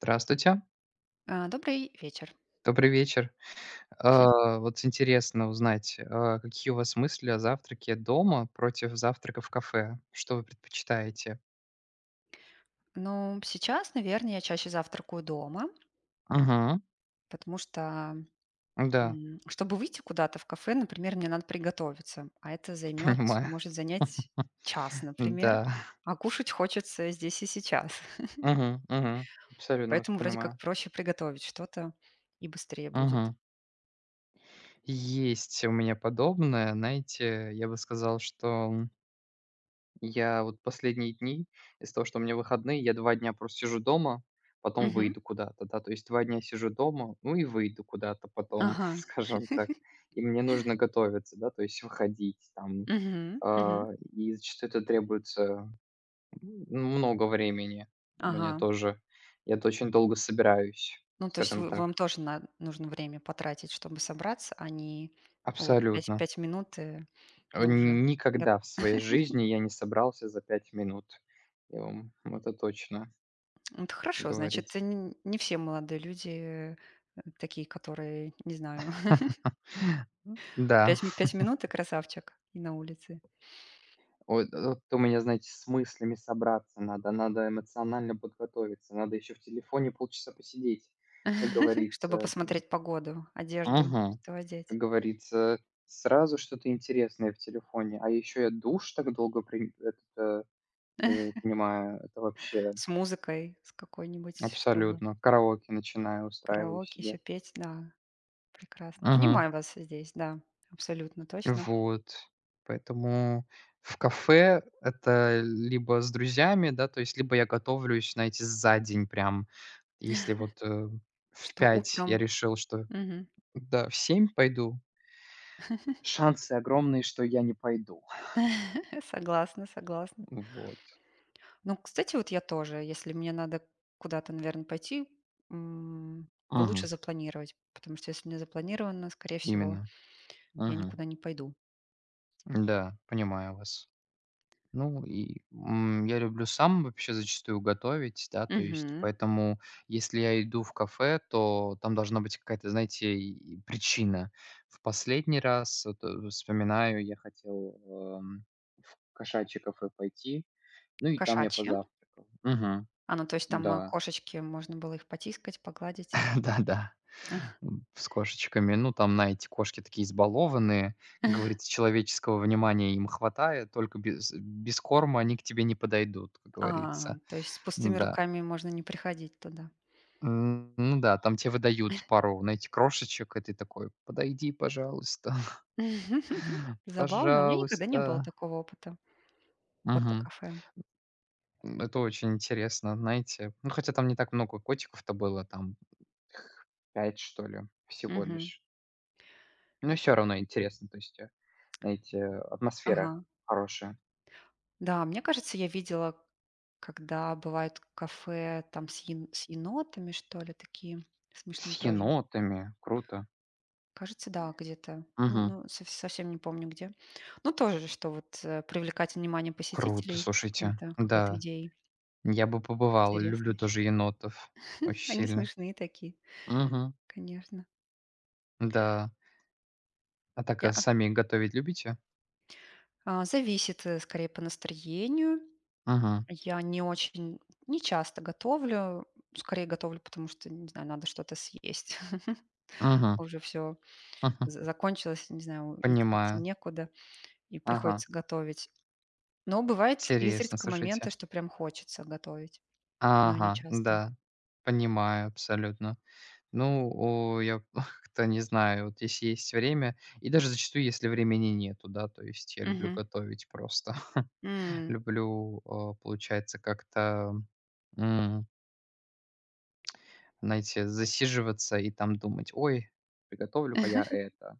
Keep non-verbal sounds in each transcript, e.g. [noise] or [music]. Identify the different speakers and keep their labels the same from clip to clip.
Speaker 1: Здравствуйте,
Speaker 2: А, добрый вечер.
Speaker 1: добрый вечер. А, вот интересно узнать, какие у вас мысли о завтраке дома против завтрака в кафе? Что вы предпочитаете?
Speaker 2: Ну, сейчас, наверное, я чаще завтракаю дома,
Speaker 1: Мгм.
Speaker 2: потому что,
Speaker 1: Да,
Speaker 2: чтобы выйти куда-то в кафе, например, мне надо приготовиться, а это
Speaker 1: [laughs]
Speaker 2: займет,
Speaker 1: понимаю.
Speaker 2: может занять час, например,
Speaker 1: Да.
Speaker 2: а кушать хочется здесь и сейчас. [laughs]
Speaker 1: Мгм. Абсолютно вас
Speaker 2: Поэтому вроде как
Speaker 1: понимаю.
Speaker 2: проще приготовить что-то и быстрее будет.
Speaker 1: Мгм. Есть у меня подобное. Знаете, я бы сказал, что я вот последние дни, из-за того, что у меня выходные, я 2 дня просто сижу дома, потом
Speaker 2: Мгм.
Speaker 1: выйду куда-то, да. То есть 2 дня сижу дома, ну и выйду куда-то потом, [laughs]
Speaker 2: Ага.
Speaker 1: скажем так. И мне нужно готовиться, да, то есть выходить там.
Speaker 2: Мгм. Мгм.
Speaker 1: А, и зачастую это требуется много времени у
Speaker 2: Ага.
Speaker 1: меня тоже. Я-то очень долго собираюсь,
Speaker 2: Ну, то есть
Speaker 1: скажем
Speaker 2: вам
Speaker 1: так.
Speaker 2: тоже нужно время потратить, чтобы собраться, а не вот пять
Speaker 1: Абсолютно.
Speaker 2: пять минут и ну, уже.
Speaker 1: Никогда в своей жизни я не собрался за 5 минут. Я вам это точно,
Speaker 2: Ну, это хорошо, значит,
Speaker 1: говорится.
Speaker 2: не все молодые люди такие, которые, не знаю, [laughs]
Speaker 1: [laughs] Да,
Speaker 2: пять, пять минут и красавчик и на улице,
Speaker 1: ой, вот у меня, знаете, с мыслями собраться надо, надо эмоционально подготовиться, надо еще в телефоне полчаса посидеть, как
Speaker 2: [laughs] чтобы
Speaker 1: говорится.
Speaker 2: посмотреть погоду, одежду,
Speaker 1: Мгм.
Speaker 2: что одеть,
Speaker 1: Как говорится, сразу что-то интересное в телефоне, а еще я душ так долго при- этот, э, э, принимаю, это вообще
Speaker 2: с музыкой, с какой-нибудь, чтобы
Speaker 1: абсолютно. Караоке начинаю, устраиваю
Speaker 2: караоке еще
Speaker 1: себе.
Speaker 2: петь, да, прекрасно.
Speaker 1: Мгм.
Speaker 2: Понимаю вас здесь, да, абсолютно точно,
Speaker 1: Вот, поэтому в кафе это либо с друзьями, да, то есть либо я готовлюсь, знаете, за день прям. Если в
Speaker 2: что
Speaker 1: 5 я
Speaker 2: утром.
Speaker 1: решил, что
Speaker 2: Мгм.
Speaker 1: да, в 7 пойду, шансы огромные, что я не пойду.
Speaker 2: [laughs] Согласна, согласна.
Speaker 1: Вот.
Speaker 2: Ну, кстати, вот я тоже. Если мне надо куда-то, наверное, пойти, м, лучше
Speaker 1: Мгм.
Speaker 2: запланировать, потому что если не запланировано, скорее всего,
Speaker 1: Именно.
Speaker 2: я
Speaker 1: Мгм.
Speaker 2: никуда не пойду.
Speaker 1: Да, понимаю вас. Ну и, я люблю сам вообще зачастую готовить, да, то есть
Speaker 2: Мгм.
Speaker 1: поэтому, если я иду в кафе, то там должна быть какая-то, знаете, и причина. В последний раз вспоминаю, я хотел, эм, в кошачье кафе пойти, ну и там я
Speaker 2: Кошачье?
Speaker 1: позавтракал. Мгм.
Speaker 2: А, ну, то есть там
Speaker 1: Да.
Speaker 2: кошечки, можно было их потискать, погладить.
Speaker 1: [laughs] Да-да,
Speaker 2: [laughs]
Speaker 1: с кошечками. Ну, там, на эти кошки такие избалованные. Как говорится, человеческого внимания им хватает, только без корма они к тебе не подойдут, как
Speaker 2: А,
Speaker 1: говорится.
Speaker 2: то есть с пустыми
Speaker 1: Да.
Speaker 2: руками можно не приходить туда.
Speaker 1: Ну да, там тебе выдают пару, знаете, крошечек, и ты такой: "Подойди, пожалуйста,
Speaker 2: [laughs]
Speaker 1: [laughs]
Speaker 2: Забавно, а у меня никогда не было
Speaker 1: пожалуйста".
Speaker 2: такого опыта. Кота
Speaker 1: Мгм.
Speaker 2: кафе.
Speaker 1: Это очень интересно, знаете. Ну, хотя там не так много котиков-то было, там 5 что ли, всего
Speaker 2: Мгм.
Speaker 1: лишь. Но все равно интересно, то есть, знаете, атмосфера
Speaker 2: Ага.
Speaker 1: хорошая.
Speaker 2: Да, мне кажется, я видела, когда бывают кафе там с енотами, что ли, такие смешные
Speaker 1: С
Speaker 2: тоже.
Speaker 1: енотами, круто.
Speaker 2: Кажется, да, где-то.
Speaker 1: Мгм.
Speaker 2: Ну, совсем не помню где. Ну, тоже, же, что вот привлекать внимание
Speaker 1: Круто,
Speaker 2: посетителей
Speaker 1: слушайте.
Speaker 2: чем-то, какой-то
Speaker 1: Да,
Speaker 2: идеей
Speaker 1: я бы побывал, люблю
Speaker 2: интересной.
Speaker 1: тоже енотов
Speaker 2: [laughs]
Speaker 1: очень
Speaker 2: Они
Speaker 1: сильно.
Speaker 2: смешные такие,
Speaker 1: Мгм.
Speaker 2: конечно.
Speaker 1: Да. А так,
Speaker 2: Я,
Speaker 1: а сами готовить любите?
Speaker 2: зависит скорее по настроению.
Speaker 1: Мгм.
Speaker 2: Я не очень, не часто готовлю. Скорее готовлю, потому что, не знаю, надо что-то съесть. [laughs]
Speaker 1: Мгм.
Speaker 2: Уже все
Speaker 1: Мгм.
Speaker 2: за закончилось, не знаю, ид идти
Speaker 1: Понимаю.
Speaker 2: некуда и
Speaker 1: Ага.
Speaker 2: приходится готовить. Но бывает
Speaker 1: Интересно,
Speaker 2: изредка моменты,
Speaker 1: слушайте.
Speaker 2: что прям хочется готовить, но не
Speaker 1: Ага,
Speaker 2: часто.
Speaker 1: да. Понимаю абсолютно. Ну, я [laughs] как-то не знаю, вот если есть время, и даже зачастую, если времени нету, да, то есть я люблю
Speaker 2: Мгм.
Speaker 1: готовить просто. [laughs]
Speaker 2: М.
Speaker 1: Люблю, получается, как-то, м, знаете, засиживаться и там думать: "Ой, приготовлю-ка я
Speaker 2: [laughs]
Speaker 1: это,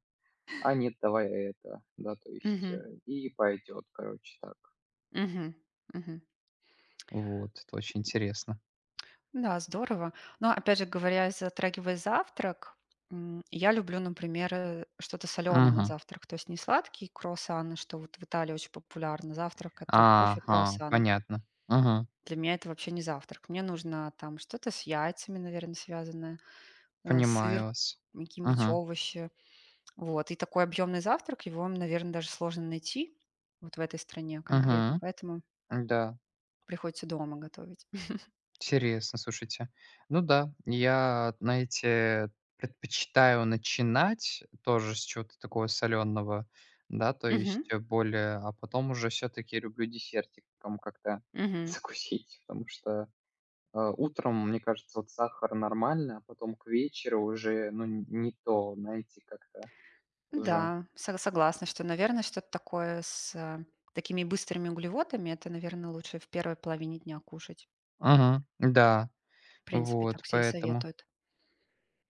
Speaker 1: а нет, давай это". Да, то есть,
Speaker 2: Мгм.
Speaker 1: и пойдет, короче, так.
Speaker 2: Мгм. Мгм.
Speaker 1: Вот, это очень интересно.
Speaker 2: Да, здорово. Но опять же говоря, затрагивая завтрак, я люблю, например, что-то соленое на
Speaker 1: Мгм.
Speaker 2: завтрак. То есть не сладкие круассаны, что вот в Италии очень популярно. Завтрак- это кофе,
Speaker 1: Ага,
Speaker 2: круассан.
Speaker 1: понятно. Мгм.
Speaker 2: Для меня это вообще не завтрак. Мне нужно там что-то с яйцами, наверное, связанное, сыр,
Speaker 1: Понимаю вас.
Speaker 2: какие-нибудь
Speaker 1: Мгм.
Speaker 2: овощи. Вот. И такой объемный завтрак, его, наверное, даже сложно найти вот в этой стране конкретно,
Speaker 1: Мгм.
Speaker 2: поэтому
Speaker 1: Да.
Speaker 2: приходится дома готовить.
Speaker 1: Интересно, слушайте. Ну да, я, знаете, предпочитаю начинать тоже с чего-то такого соленого, да, то
Speaker 2: Мгм.
Speaker 1: есть более, а потом уже все-таки люблю десертиком как-то [laughs]
Speaker 2: Мгм.
Speaker 1: закусить, потому что утром, мне кажется, вот сахар нормально, а потом к вечеру уже, ну, не то, знаете, как-то уже.
Speaker 2: Да, согласна, что, наверное, что-то такое с такими быстрыми углеводами, это, наверное, лучше в первой половине дня кушать.
Speaker 1: Ага, да,
Speaker 2: В принципе, так
Speaker 1: вот,
Speaker 2: все и
Speaker 1: поэтому,
Speaker 2: советуют.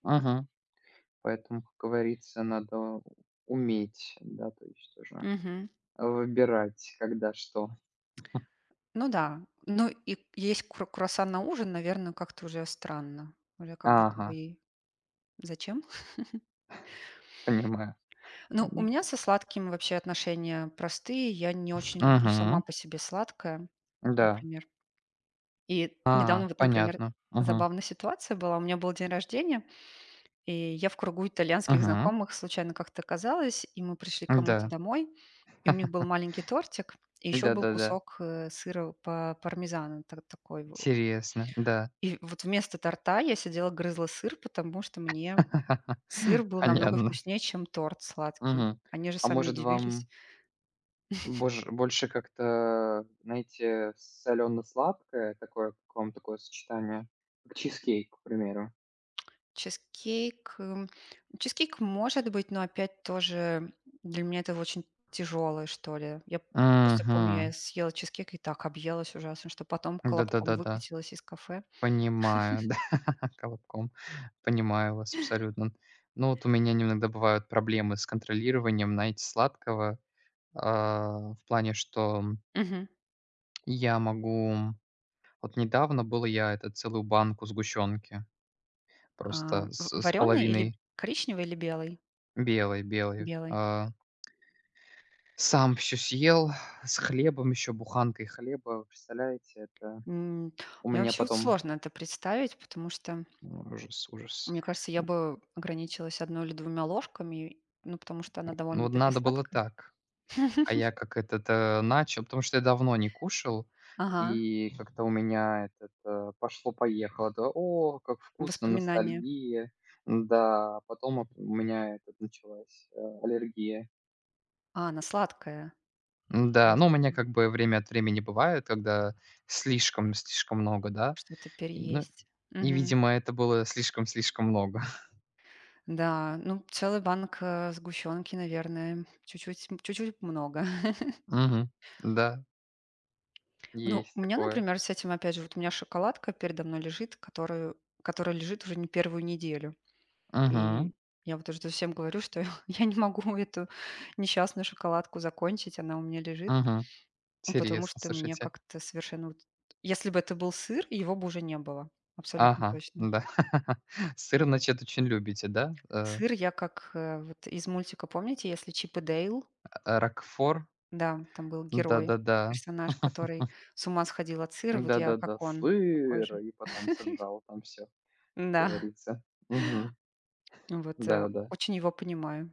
Speaker 1: ага, поэтому, как говорится, надо уметь, да, то есть уже.
Speaker 2: Мгм.
Speaker 1: Выбирать, когда что.
Speaker 2: Ну да, ну и есть круассан на ужин, наверное, как-то уже странно. Уже как будто
Speaker 1: Ага,
Speaker 2: бы и зачем?
Speaker 1: понимаю.
Speaker 2: Ну, у
Speaker 1: М.
Speaker 2: меня со сладким вообще отношения простые. Я не очень люблю сама
Speaker 1: Мгм.
Speaker 2: по себе сладкое,
Speaker 1: Да.
Speaker 2: например. И
Speaker 1: А,
Speaker 2: недавно вот, например,
Speaker 1: понятно. Мгм.
Speaker 2: забавная ситуация была. У меня был день рождения, и я в кругу итальянских
Speaker 1: Мгм.
Speaker 2: знакомых случайно как-то оказалась, и мы пришли к кому-то
Speaker 1: Да.
Speaker 2: домой, и у них был маленький тортик, и еще был
Speaker 1: Да-да-да.
Speaker 2: кусок сыра по пармезану такой.
Speaker 1: Интересно, да.
Speaker 2: И вот вместо торта я сидела, грызла сыр, потому что мне
Speaker 1: [laughs]
Speaker 2: сыр был намного
Speaker 1: Понятно.
Speaker 2: вкуснее, чем торт сладкий.
Speaker 1: Мгм.
Speaker 2: Они же
Speaker 1: А
Speaker 2: сами
Speaker 1: может,
Speaker 2: удивились.
Speaker 1: вам бож больше как-то, знаете, солено сладкое такое, как вам такое сочетание? Как чизкейк, к примеру.
Speaker 2: Чизкейк, эм, чизкейк может быть, но опять тоже для меня это очень тяжелое, что ли. Я просто помню, я
Speaker 1: Мгм.
Speaker 2: съела чизкейк и так объелась ужасно, что потом колобком
Speaker 1: Да-да-да-да.
Speaker 2: выкатилась из кафе.
Speaker 1: Понимаю, [laughs] да, колобком. Понимаю вас абсолютно. Ну, вот у меня иногда бывают проблемы с контролированием, знаете, сладкого, в плане, что
Speaker 2: Мгм.
Speaker 1: я могу вот недавно было я это целую банку сгущенки
Speaker 2: А,
Speaker 1: просто с с
Speaker 2: или
Speaker 1: половиной
Speaker 2: коричневый или белый?
Speaker 1: белой,
Speaker 2: Белый.
Speaker 1: сам все съел, с хлебом еще, буханкой хлеба. Представляете, это
Speaker 2: М,
Speaker 1: у
Speaker 2: Мне
Speaker 1: меня
Speaker 2: вообще вот
Speaker 1: потом
Speaker 2: сложно это представить, потому что,
Speaker 1: ужас.
Speaker 2: мне кажется, я бы ограничилась одной или двумя ложками, ну, потому что она
Speaker 1: Ну, вот
Speaker 2: довольно-таки
Speaker 1: надо было
Speaker 2: сладкая.
Speaker 1: так. А я
Speaker 2: [laughs]
Speaker 1: как этот, начал, потому что я давно не кушал,
Speaker 2: Ага,
Speaker 1: и как-то у меня этот, пошло-поехало. Да, о, как вкусно,
Speaker 2: воспоминания.
Speaker 1: ностальгия. Да, а потом оп у меня этот началась, аллергия.
Speaker 2: А, она сладкая
Speaker 1: Да ну, у меня
Speaker 2: возникла.
Speaker 1: как бы время от времени бывает, когда слишком много, да.
Speaker 2: Что-то
Speaker 1: И, ну,
Speaker 2: переесть.
Speaker 1: и,
Speaker 2: Мгм.
Speaker 1: видимо, это было слишком много. [laughs]
Speaker 2: Да, ну, целый банк, сгущёнки, наверное, чуть-чуть много. [laughs]
Speaker 1: Мгм. Да,
Speaker 2: Ну,
Speaker 1: есть
Speaker 2: у меня,
Speaker 1: такое.
Speaker 2: например, с этим, опять же, вот у меня шоколадка передо мной лежит, которую которая лежит уже не первую неделю.
Speaker 1: Угу,
Speaker 2: И я вот уже всем говорю, что [laughs] я не могу эту несчастную шоколадку закончить, она у меня лежит,
Speaker 1: угу.
Speaker 2: ну, потому
Speaker 1: Интересно,
Speaker 2: что мне
Speaker 1: слушайте.
Speaker 2: как-то совершенно вот. Если бы это был сыр, его бы уже не было, абсолютно
Speaker 1: Ага,
Speaker 2: точно.
Speaker 1: ну да. [laughs] Сыр, значит, очень любите, да?
Speaker 2: Сыр я как, вот из мультика, помните, если "Чип и Дейл"?
Speaker 1: А, рокфор?
Speaker 2: Да, там был герой,
Speaker 1: Да-да-да.
Speaker 2: персонаж, который с ума сходил от сыра. Вот я
Speaker 1: Да-да-да.
Speaker 2: как он, такой
Speaker 1: Сыр,
Speaker 2: же.
Speaker 1: и потом сожрал там все как
Speaker 2: Да,
Speaker 1: говорится. Мгм.
Speaker 2: [laughs] вот,
Speaker 1: Да-да.
Speaker 2: очень его понимаю.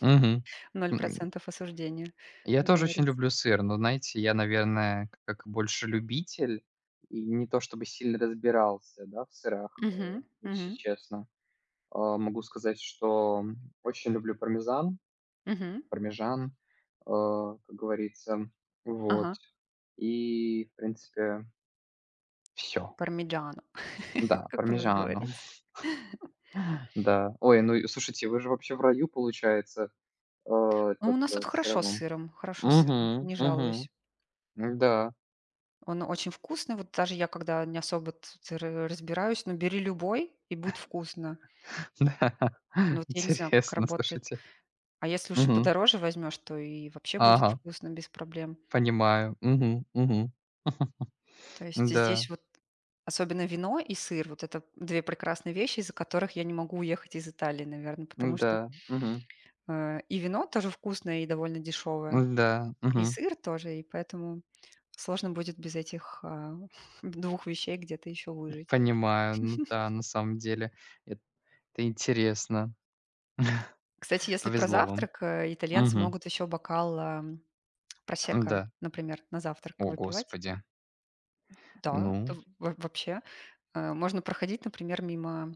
Speaker 1: Мгм.
Speaker 2: Ноль
Speaker 1: М,
Speaker 2: процентов осуждения,
Speaker 1: я
Speaker 2: как
Speaker 1: тоже очень
Speaker 2: говорится.
Speaker 1: люблю сыр, но, знаете, я, наверное, к как больше любитель и не то чтобы сильно разбирался, да, в сырах,
Speaker 2: Мгм,
Speaker 1: если
Speaker 2: мгм,
Speaker 1: честно. Могу сказать, что, очень люблю пармезан,
Speaker 2: мгм.
Speaker 1: пармежан, э, как говорится. Вот.
Speaker 2: Ага.
Speaker 1: И, в принципе, все.
Speaker 2: Пармиджано, [laughs]
Speaker 1: Да,
Speaker 2: как у нас
Speaker 1: пармезану.
Speaker 2: говорится.
Speaker 1: [laughs] Да. Ой, ну и слушайте, вы же вообще в раю, получается, э,
Speaker 2: Ну, у нас тут
Speaker 1: с сыром.
Speaker 2: хорошо с сыром,
Speaker 1: Угу,
Speaker 2: не
Speaker 1: угу.
Speaker 2: жалуюсь.
Speaker 1: Да,
Speaker 2: Он очень вкусный. Вот даже я, когда не особо тут р разбираюсь, но бери любой и будет вкусно.
Speaker 1: [laughs] да.
Speaker 2: Ну, вот я не знаю, как
Speaker 1: Интересно,
Speaker 2: работает.
Speaker 1: слушайте.
Speaker 2: А если уж
Speaker 1: Мгм.
Speaker 2: подороже возьмешь, то и вообще будет
Speaker 1: Ага,
Speaker 2: вкусно без проблем.
Speaker 1: понимаю. Угу, угу. [laughs]
Speaker 2: То есть здесь
Speaker 1: Да,
Speaker 2: вот особенно вино и сыр- вот это 2 прекрасные вещи, из-за которых я не могу уехать из Италии, наверное, потому что,
Speaker 1: да, угу,
Speaker 2: и вино тоже вкусное и довольно дешевое,
Speaker 1: да,
Speaker 2: и
Speaker 1: мгм.
Speaker 2: сыр тоже, и поэтому сложно будет без этих, [laughs] двух вещей где-то еще выжить.
Speaker 1: Понимаю. Ну да, на самом деле это интересно. [laughs]
Speaker 2: Кстати, если про
Speaker 1: Повезло вам.
Speaker 2: завтрак, итальянцы
Speaker 1: Угу.
Speaker 2: могут еще бокал, просекко,
Speaker 1: Да.
Speaker 2: например, на завтрак
Speaker 1: О,
Speaker 2: выпивать.
Speaker 1: господи.
Speaker 2: Да,
Speaker 1: Ну
Speaker 2: это во вообще, можно проходить, например, мимо.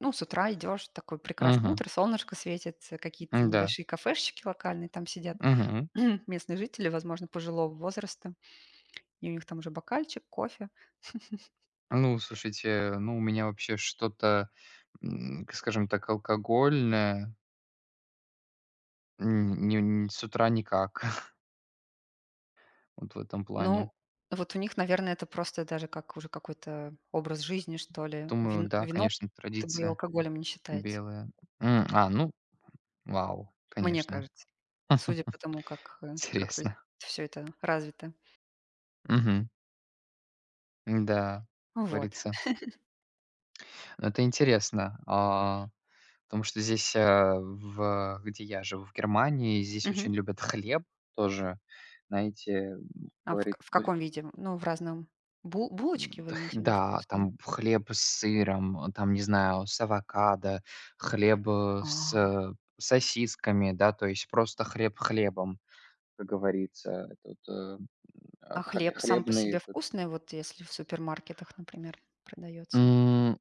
Speaker 2: Ну, с утра идешь, такое прекрасное
Speaker 1: мгм.
Speaker 2: утро, солнышко светит, какие-то
Speaker 1: Да
Speaker 2: небольшие кафешечки локальные, там сидят
Speaker 1: мгм.
Speaker 2: [clears throat] местные жители, возможно, пожилого возраста, и у них там уже бокальчик, кофе.
Speaker 1: Ну, слушайте, ну, у меня вообще что-то, м, к скажем так, алкогольное, не с утра никак, [laughs] вот в этом плане.
Speaker 2: Ну, вот у них, наверное, это просто даже как уже какой-то образ жизни, что ли.
Speaker 1: Думаю,
Speaker 2: Вин-
Speaker 1: да,
Speaker 2: вино
Speaker 1: конечно,
Speaker 2: как будто бы и
Speaker 1: традиция
Speaker 2: алкоголем не считается,
Speaker 1: белая. Ну, вау,
Speaker 2: мне
Speaker 1: конечно,
Speaker 2: кажется, судя по тому, как, э,
Speaker 1: [laughs]
Speaker 2: как тут
Speaker 1: интересно.
Speaker 2: всё это развито.
Speaker 1: Мгм. Да. Как
Speaker 2: Вот.
Speaker 1: говорится. Но это интересно, потому что здесь, э, в где я живу, в Германии, здесь
Speaker 2: Мгм.
Speaker 1: очень любят хлеб тоже. Знаете,
Speaker 2: А в к
Speaker 1: говорит
Speaker 2: в каком виде? Ну, в разном. Бу
Speaker 1: М,
Speaker 2: булочки вы имеете в виду
Speaker 1: да, там
Speaker 2: вкусные?
Speaker 1: хлеб с сыром, там, не знаю, с авокадо, хлеб, э, с,
Speaker 2: А.
Speaker 1: э, сосисками, да, то есть просто хлеб хлебом, как говорится. Этот, э, а,
Speaker 2: А
Speaker 1: хле
Speaker 2: хлеб сам по
Speaker 1: хлебный
Speaker 2: себе
Speaker 1: этот
Speaker 2: вкусный, вот если в супермаркетах, например, продается?
Speaker 1: М,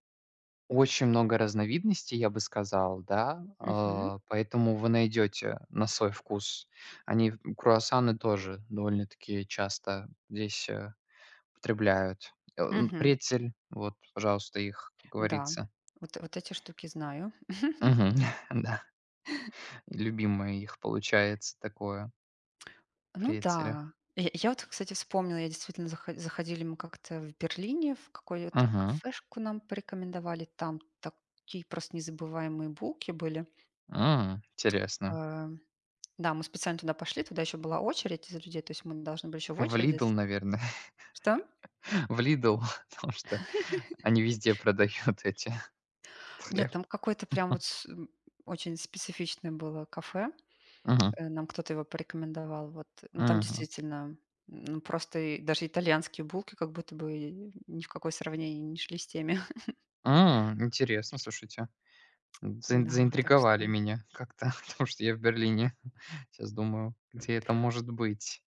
Speaker 1: очень много разновидностей, я бы сказал, да,
Speaker 2: Мгм.
Speaker 1: поэтому вы найдете на свой вкус. Они в круассаны тоже довольно-таки часто здесь, употребляют.
Speaker 2: Мгм.
Speaker 1: Претель, вот, пожалуйста, их, как
Speaker 2: Да,
Speaker 1: говорится.
Speaker 2: вот эти штуки знаю.
Speaker 1: Мгм. [laughs] Да, любимое их получается такое,
Speaker 2: Ну
Speaker 1: прецеля.
Speaker 2: да. Я вот, кстати, вспомнила, я действительно заходили мы как-то в Берлине, в какую-то
Speaker 1: Мгм.
Speaker 2: кафешку нам порекомендовали. Там такие просто незабываемые булки были.
Speaker 1: М, интересно.
Speaker 2: Э, да, мы специально туда пошли, туда еще была очередь из людей, то есть мы должны были еще в
Speaker 1: В
Speaker 2: очереди.
Speaker 1: "Лидл", наверное.
Speaker 2: Что?
Speaker 1: [laughs] В "Лидл", [laughs] потому что они везде продают эти [laughs]
Speaker 2: Нет,
Speaker 1: хлеб.
Speaker 2: там какое-то прям вот очень специфичное было кафе.
Speaker 1: Мгм.
Speaker 2: Нам кто-то его порекомендовал. Вот, ну, там
Speaker 1: Мгм.
Speaker 2: действительно, ну, просто и даже итальянские булки как будто бы и ни в какое сравнение не шли с теми. [laughs]
Speaker 1: М, интересно, слушайте.
Speaker 2: Да, так
Speaker 1: Заинтриговали
Speaker 2: что,
Speaker 1: меня как-то, [laughs] потому что я в Берлине. [laughs] Сейчас думаю, где это может быть.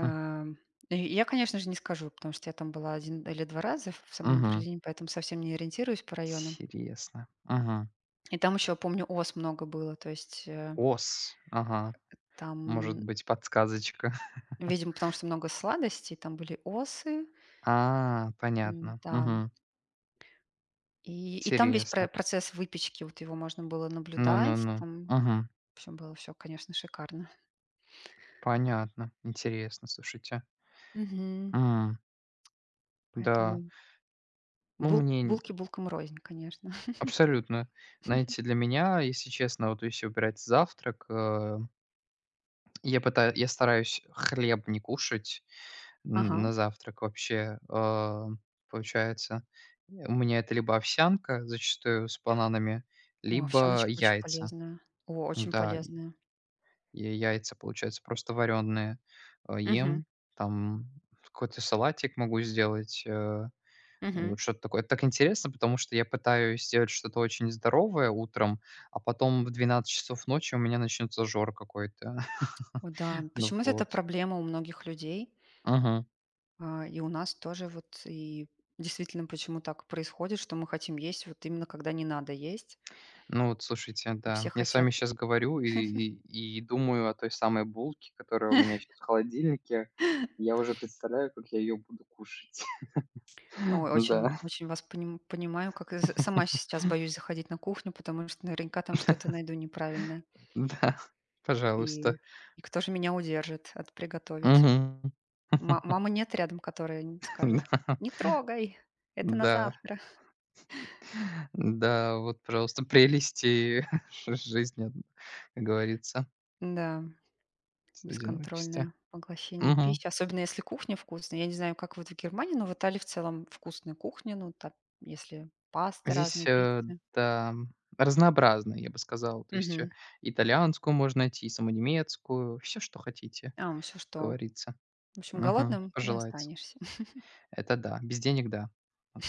Speaker 1: Хм.
Speaker 2: и я, конечно же, не скажу, потому что я там была один или 2 раза в самом
Speaker 1: Мгм.
Speaker 2: Берлине, поэтому совсем не ориентируюсь по районам.
Speaker 1: Интересно. Мгм.
Speaker 2: И там еще, помню, ос много было, то есть,
Speaker 1: Ос. Ага.
Speaker 2: там,
Speaker 1: Может
Speaker 2: м,
Speaker 1: быть, подсказочка. [laughs]
Speaker 2: видимо, потому что много сладостей, там были осы,
Speaker 1: А, понятно.
Speaker 2: м-да.
Speaker 1: Мгм.
Speaker 2: И там весь про
Speaker 1: Интересно.
Speaker 2: процесс выпечки, вот его можно было наблюдать.
Speaker 1: Ну-ну-ну.
Speaker 2: Там,
Speaker 1: Мгм.
Speaker 2: в было все, конечно, шикарно.
Speaker 1: Понятно. Интересно, слушайте.
Speaker 2: Мгм.
Speaker 1: М, да.
Speaker 2: Поэтому
Speaker 1: Ну,
Speaker 2: бул
Speaker 1: мне н
Speaker 2: булки булкам рознь, конечно. [laughs]
Speaker 1: абсолютно. Знаете, для меня, если честно, вот если убирать завтрак, я пытаюсь, я стараюсь хлеб не кушать н
Speaker 2: Ага.
Speaker 1: на завтрак вообще. Получается, у меня это либо овсянка зачастую с бананами,
Speaker 2: О,
Speaker 1: либо
Speaker 2: овсяночка очень
Speaker 1: яйца.
Speaker 2: полезная. О, очень
Speaker 1: Да.
Speaker 2: полезная.
Speaker 1: Я яйца, получается, просто вареные
Speaker 2: Мгм.
Speaker 1: ем. Там какой-то салатик могу сделать,
Speaker 2: Мгм.
Speaker 1: вот что-то такое. Это так интересно, потому что я пытаюсь сделать что-то очень здоровое утром, а потом в 12 часов ночи у меня начнётся жор какой-то. [laughs]
Speaker 2: О да,
Speaker 1: Ну
Speaker 2: почему-то это
Speaker 1: вот.
Speaker 2: проблема у многих людей.
Speaker 1: Мгм.
Speaker 2: А, и у нас тоже вот, и действительно, почему так происходит, что мы хотим есть вот именно когда не надо есть,
Speaker 1: Ну вот, слушайте,
Speaker 2: а
Speaker 1: да.
Speaker 2: все
Speaker 1: Я с вами
Speaker 2: хотят.
Speaker 1: сейчас говорю и думаю о той самой булке, которая у меня
Speaker 2: [laughs]
Speaker 1: сейчас в холодильнике. Я уже представляю, как я ее буду кушать.
Speaker 2: Ой,
Speaker 1: [laughs]
Speaker 2: очень
Speaker 1: Да,
Speaker 2: очень вас понимаю, как и с сама
Speaker 1: [laughs]
Speaker 2: сейчас боюсь заходить на кухню, потому что наверняка там что-то найду неправильное.
Speaker 1: да,
Speaker 2: И
Speaker 1: пожалуйста.
Speaker 2: и кто же меня удержит от приготовить?
Speaker 1: Мгм.
Speaker 2: Ма мамы нет рядом, которая н скажет: "Не
Speaker 1: [laughs]
Speaker 2: трогай,
Speaker 1: Да,
Speaker 2: это на
Speaker 1: да,
Speaker 2: завтра".
Speaker 1: да, вот просто прелести [laughs] жи жизни, как говорится,
Speaker 2: Да,
Speaker 1: в одиночестве.
Speaker 2: бесконтрольное поглощение
Speaker 1: Мгм.
Speaker 2: пищи, особенно если кухня вкусная. Я не знаю, как вот в Германии, но в Италии в целом вкусная кухня. Ну, там, если пасты
Speaker 1: Здесь,
Speaker 2: разные, пиццы.
Speaker 1: да, разнообразно, я бы сказал. То есть,
Speaker 2: Мгм.
Speaker 1: итальянскую можно найти, и самонемецкую, все, что хотите,
Speaker 2: А, всё,
Speaker 1: как
Speaker 2: что
Speaker 1: говорится.
Speaker 2: в общем,
Speaker 1: Мгм.
Speaker 2: голодным не
Speaker 1: Пожелается.
Speaker 2: останешься.
Speaker 1: Это да, без денег — да. Вот.